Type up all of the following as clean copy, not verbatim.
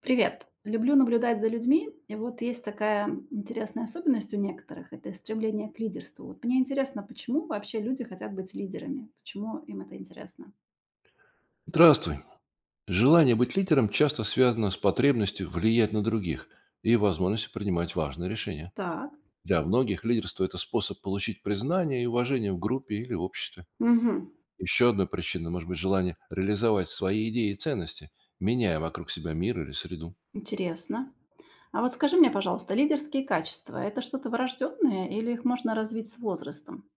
Привет. Люблю наблюдать за людьми, и вот есть такая интересная особенность у некоторых– это стремление к лидерству. Вот мне интересно, почему вообще люди хотят быть лидерами? Почему им это интересно? Здравствуй. Желание быть лидером часто связано с потребностью влиять на других и возможностью принимать важные решения. Так, Для многих лидерство– это способ получить признание и уважение в группе или в обществе. мгм, Еще одной причиной может быть желание реализовать свои идеи и ценности, меняя вокруг себя мир или среду. интересно. А вот скажи мне, пожалуйста, лидерские качества– это что-то врожденное или их можно развить с возрастом?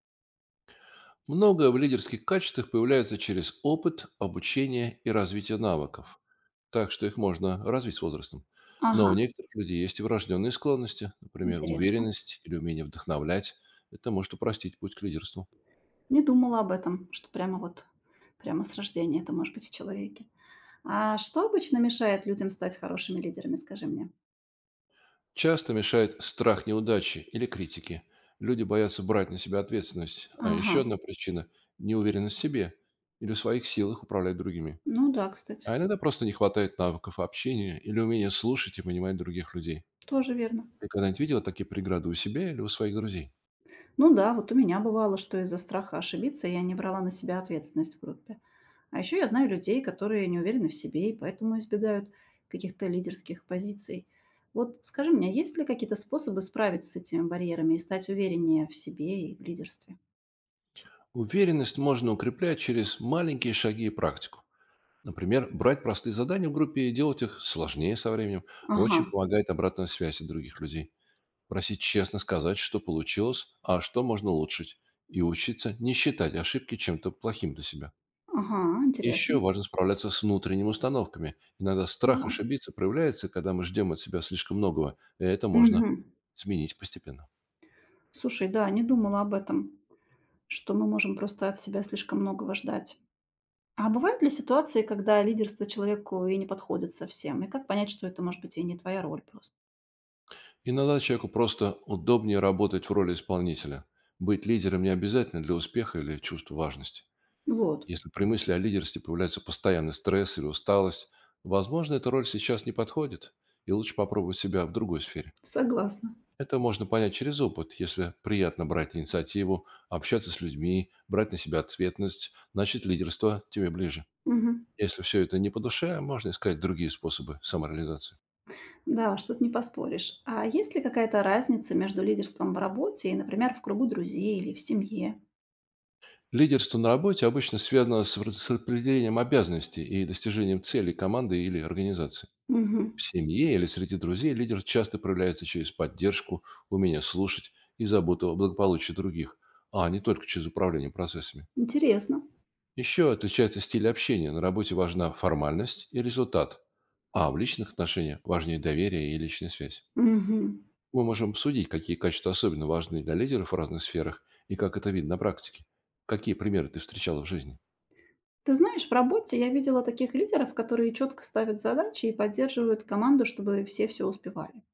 Многое в лидерских качествах появляется через опыт, обучение и развитие навыков. Так что их можно развить с возрастом. Но Ага, у некоторых людей есть и врожденные склонности, например, интересно. уверенность или умение вдохновлять. Это может упростить путь к лидерству. Не думала об этом, что прямо вот, прямо с рождения это может быть в человеке. А что обычно мешает людям стать хорошими лидерами, скажи мне? Часто мешает страх неудачи или критики. Люди боятся брать на себя ответственность. А Ага, еще одна причина– неуверенность в себе или в своих силах управлять другими. ну да, кстати. А иногда просто не хватает навыков общения или умения слушать и понимать других людей. Тоже верно. Ты когда-нибудь видела такие преграды у себя или у своих друзей? Ну да, вот у меня бывало, что из-за страха ошибиться я не брала на себя ответственность в группе. А еще я знаю людей, которые не уверены в себе и поэтому избегают каких-то лидерских позиций. Вот скажи мне, есть ли какие-то способы справиться с этими барьерами и стать увереннее в себе и в лидерстве? Уверенность можно укреплять через маленькие шаги и практику. Например, брать простые задания в группе и делать их сложнее со временем. Ага, Очень помогает обратная связь от других людей. Просить честно сказать, что получилось, а что можно улучшить. И учиться не считать ошибки чем-то плохим для себя. ага, интересно. Еще важно справляться с внутренними установками. Иногда страх Так. ошибиться проявляется, когда мы ждем от себя слишком многого, и это можно Мгм. сменить постепенно. Слушай, да, не думала об этом, что мы можем просто от себя слишком многого ждать. А бывают ли ситуации, когда лидерство человеку и не подходит совсем? И как понять, что это, может быть, и не твоя роль просто? Иногда человеку просто удобнее работать в роли исполнителя. Быть лидером не обязательно для успеха или чувства важности. Вот, Если при мысли о лидерстве появляется постоянный стресс или усталость, возможно, эта роль сейчас не подходит, и лучше попробовать себя в другой сфере. согласна. Это можно понять через опыт. Если приятно брать инициативу, общаться с людьми, брать на себя ответственность, значит лидерство тебе ближе. Мгм. Если все это не по душе, можно искать другие способы самореализации. Да, уж тут не поспоришь. А есть ли какая-то разница между лидерством в работе и, например, в кругу друзей или в семье? Лидерство на работе обычно связано с распределением обязанностей и достижением целей команды или организации. Мгм. В семье или среди друзей лидер часто проявляется через поддержку, умение слушать и заботу о благополучии других, а не только через управление процессами. Интересно. Еще отличается стиль общения. На работе важна формальность и результат, а в личных отношениях важнее доверие и личная связь. Мгм. Мы можем обсудить, какие качества особенно важны для лидеров в разных сферах и как это видно на практике. Какие примеры ты встречала в жизни? Ты знаешь, в работе я видела таких лидеров, которые четко ставят задачи и поддерживают команду, чтобы все успевали.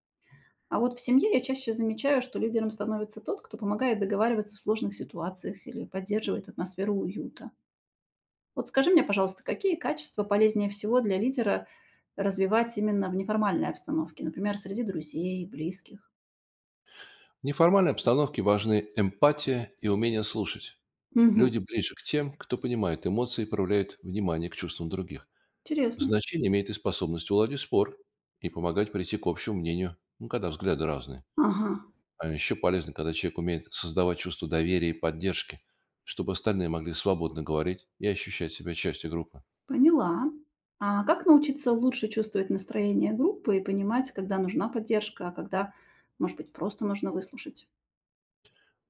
А вот в семье я чаще замечаю, что лидером становится тот, кто помогает договариваться в сложных ситуациях или поддерживает атмосферу уюта. Вот скажи мне, пожалуйста, какие качества полезнее всего для лидера развивать именно в неформальной обстановке, например, среди друзей, близких? В неформальной обстановке важны эмпатия и умение слушать. Мгм. Люди ближе к тем, кто понимает эмоции и проявляет внимание к чувствам других. Интересно. Значение имеет и способность уладить спор и помогать прийти к общему мнению, ну, когда взгляды разные. Ага, А еще полезно, когда человек умеет создавать чувство доверия и поддержки, чтобы остальные могли свободно говорить и ощущать себя частью группы. поняла. А как научиться лучше чувствовать настроение группы и понимать, когда нужна поддержка, а когда, может быть, просто нужно выслушать?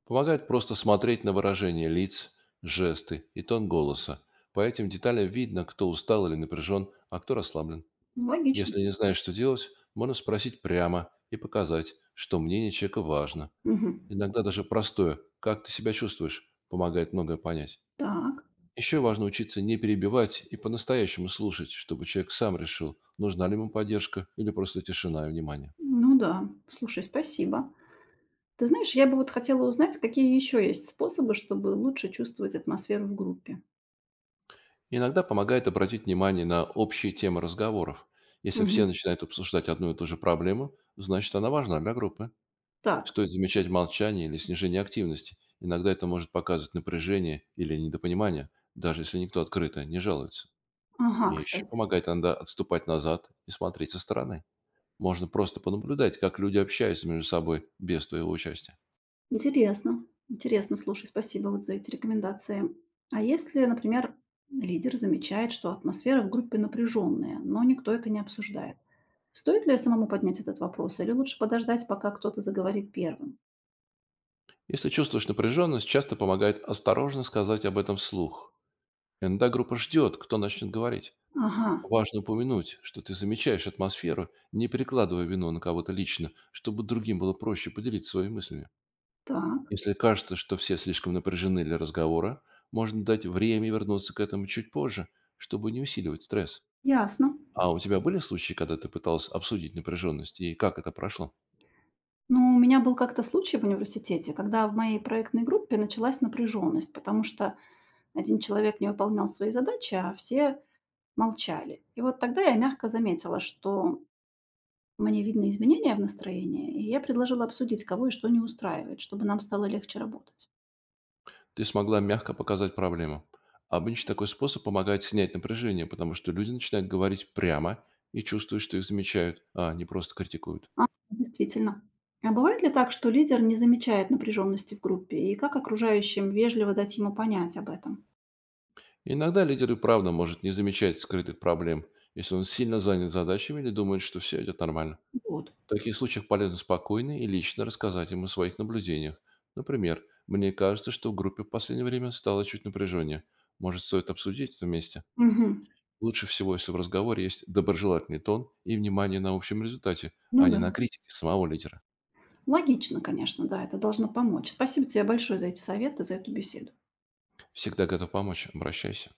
Помогает просто смотреть на выражение лиц, жесты и тон голоса. По этим деталям видно, кто устал или напряжен, а кто расслаблен. Ну, логично. Если не знаешь, что делать, можно спросить прямо и показать, что мнение человека важно. Мгм. Иногда даже простое «как ты себя чувствуешь?» помогает многое понять. Так, Еще важно учиться не перебивать и по-настоящему слушать, чтобы человек сам решил, нужна ли ему поддержка или просто тишина и внимание. ну да, слушай, спасибо. Ты знаешь, я бы вот хотела узнать, какие еще есть способы, чтобы лучше чувствовать атмосферу в группе. Иногда помогает обратить внимание на общие темы разговоров. Если все Мгм. начинают обсуждать одну и ту же проблему, значит она важна для группы. Так. Стоит замечать молчание или снижение активности. Иногда это может показывать напряжение или недопонимание, даже если никто открыто не жалуется. Ага, И еще кстати. помогает иногда отступать назад и смотреть со стороны. Можно просто понаблюдать, как люди общаются между собой без твоего участия. Интересно. Интересно, слушай, спасибо вот за эти рекомендации. А если, например, лидер замечает, что атмосфера в группе напряженная, но никто это не обсуждает, стоит ли самому поднять этот вопрос или лучше подождать, пока кто-то заговорит первым? Если чувствуешь напряженность, часто помогает осторожно сказать об этом вслух. Иногда группа ждет, кто начнет говорить. Ага, Важно упомянуть, что ты замечаешь атмосферу, не перекладывая вину на кого-то лично, чтобы другим было проще поделиться своими мыслями. так, Если кажется, что все слишком напряжены для разговора, можно дать время вернуться к этому чуть позже, чтобы не усиливать стресс. ясно. А у тебя были случаи, когда ты пыталась обсудить напряженность и как это прошло? Ну, у меня был как-то случай в университете, когда в моей проектной группе началась напряженность, потому что один человек не выполнял свои задачи, а все молчали. И вот тогда я мягко заметила, что мне видны изменения в настроении, и я предложила обсудить, кого и что не устраивает, чтобы нам стало легче работать. Ты смогла мягко показать проблему. Обычно такой способ помогает снять напряжение, потому что люди начинают говорить прямо и чувствуют, что их замечают, а не просто критикуют. А, действительно. А бывает ли так, что лидер не замечает напряженности в группе, и как окружающим вежливо дать ему понять об этом? Иногда лидер и правда может не замечать скрытых проблем, если он сильно занят задачами или думает, что все идет нормально. Вот. В таких случаях полезно спокойно и лично рассказать им о своих наблюдениях. Например, «Мне кажется, что в группе в последнее время стало чуть напряжение. Может, стоит обсудить это вместе?» Мгм. Лучше всего, если в разговоре есть доброжелательный тон и внимание на общем результате, Ну а не да. на критике самого лидера. Логично, конечно, да, это должно помочь. Спасибо тебе большое за эти советы, за эту беседу. Всегда готов помочь. Обращайся.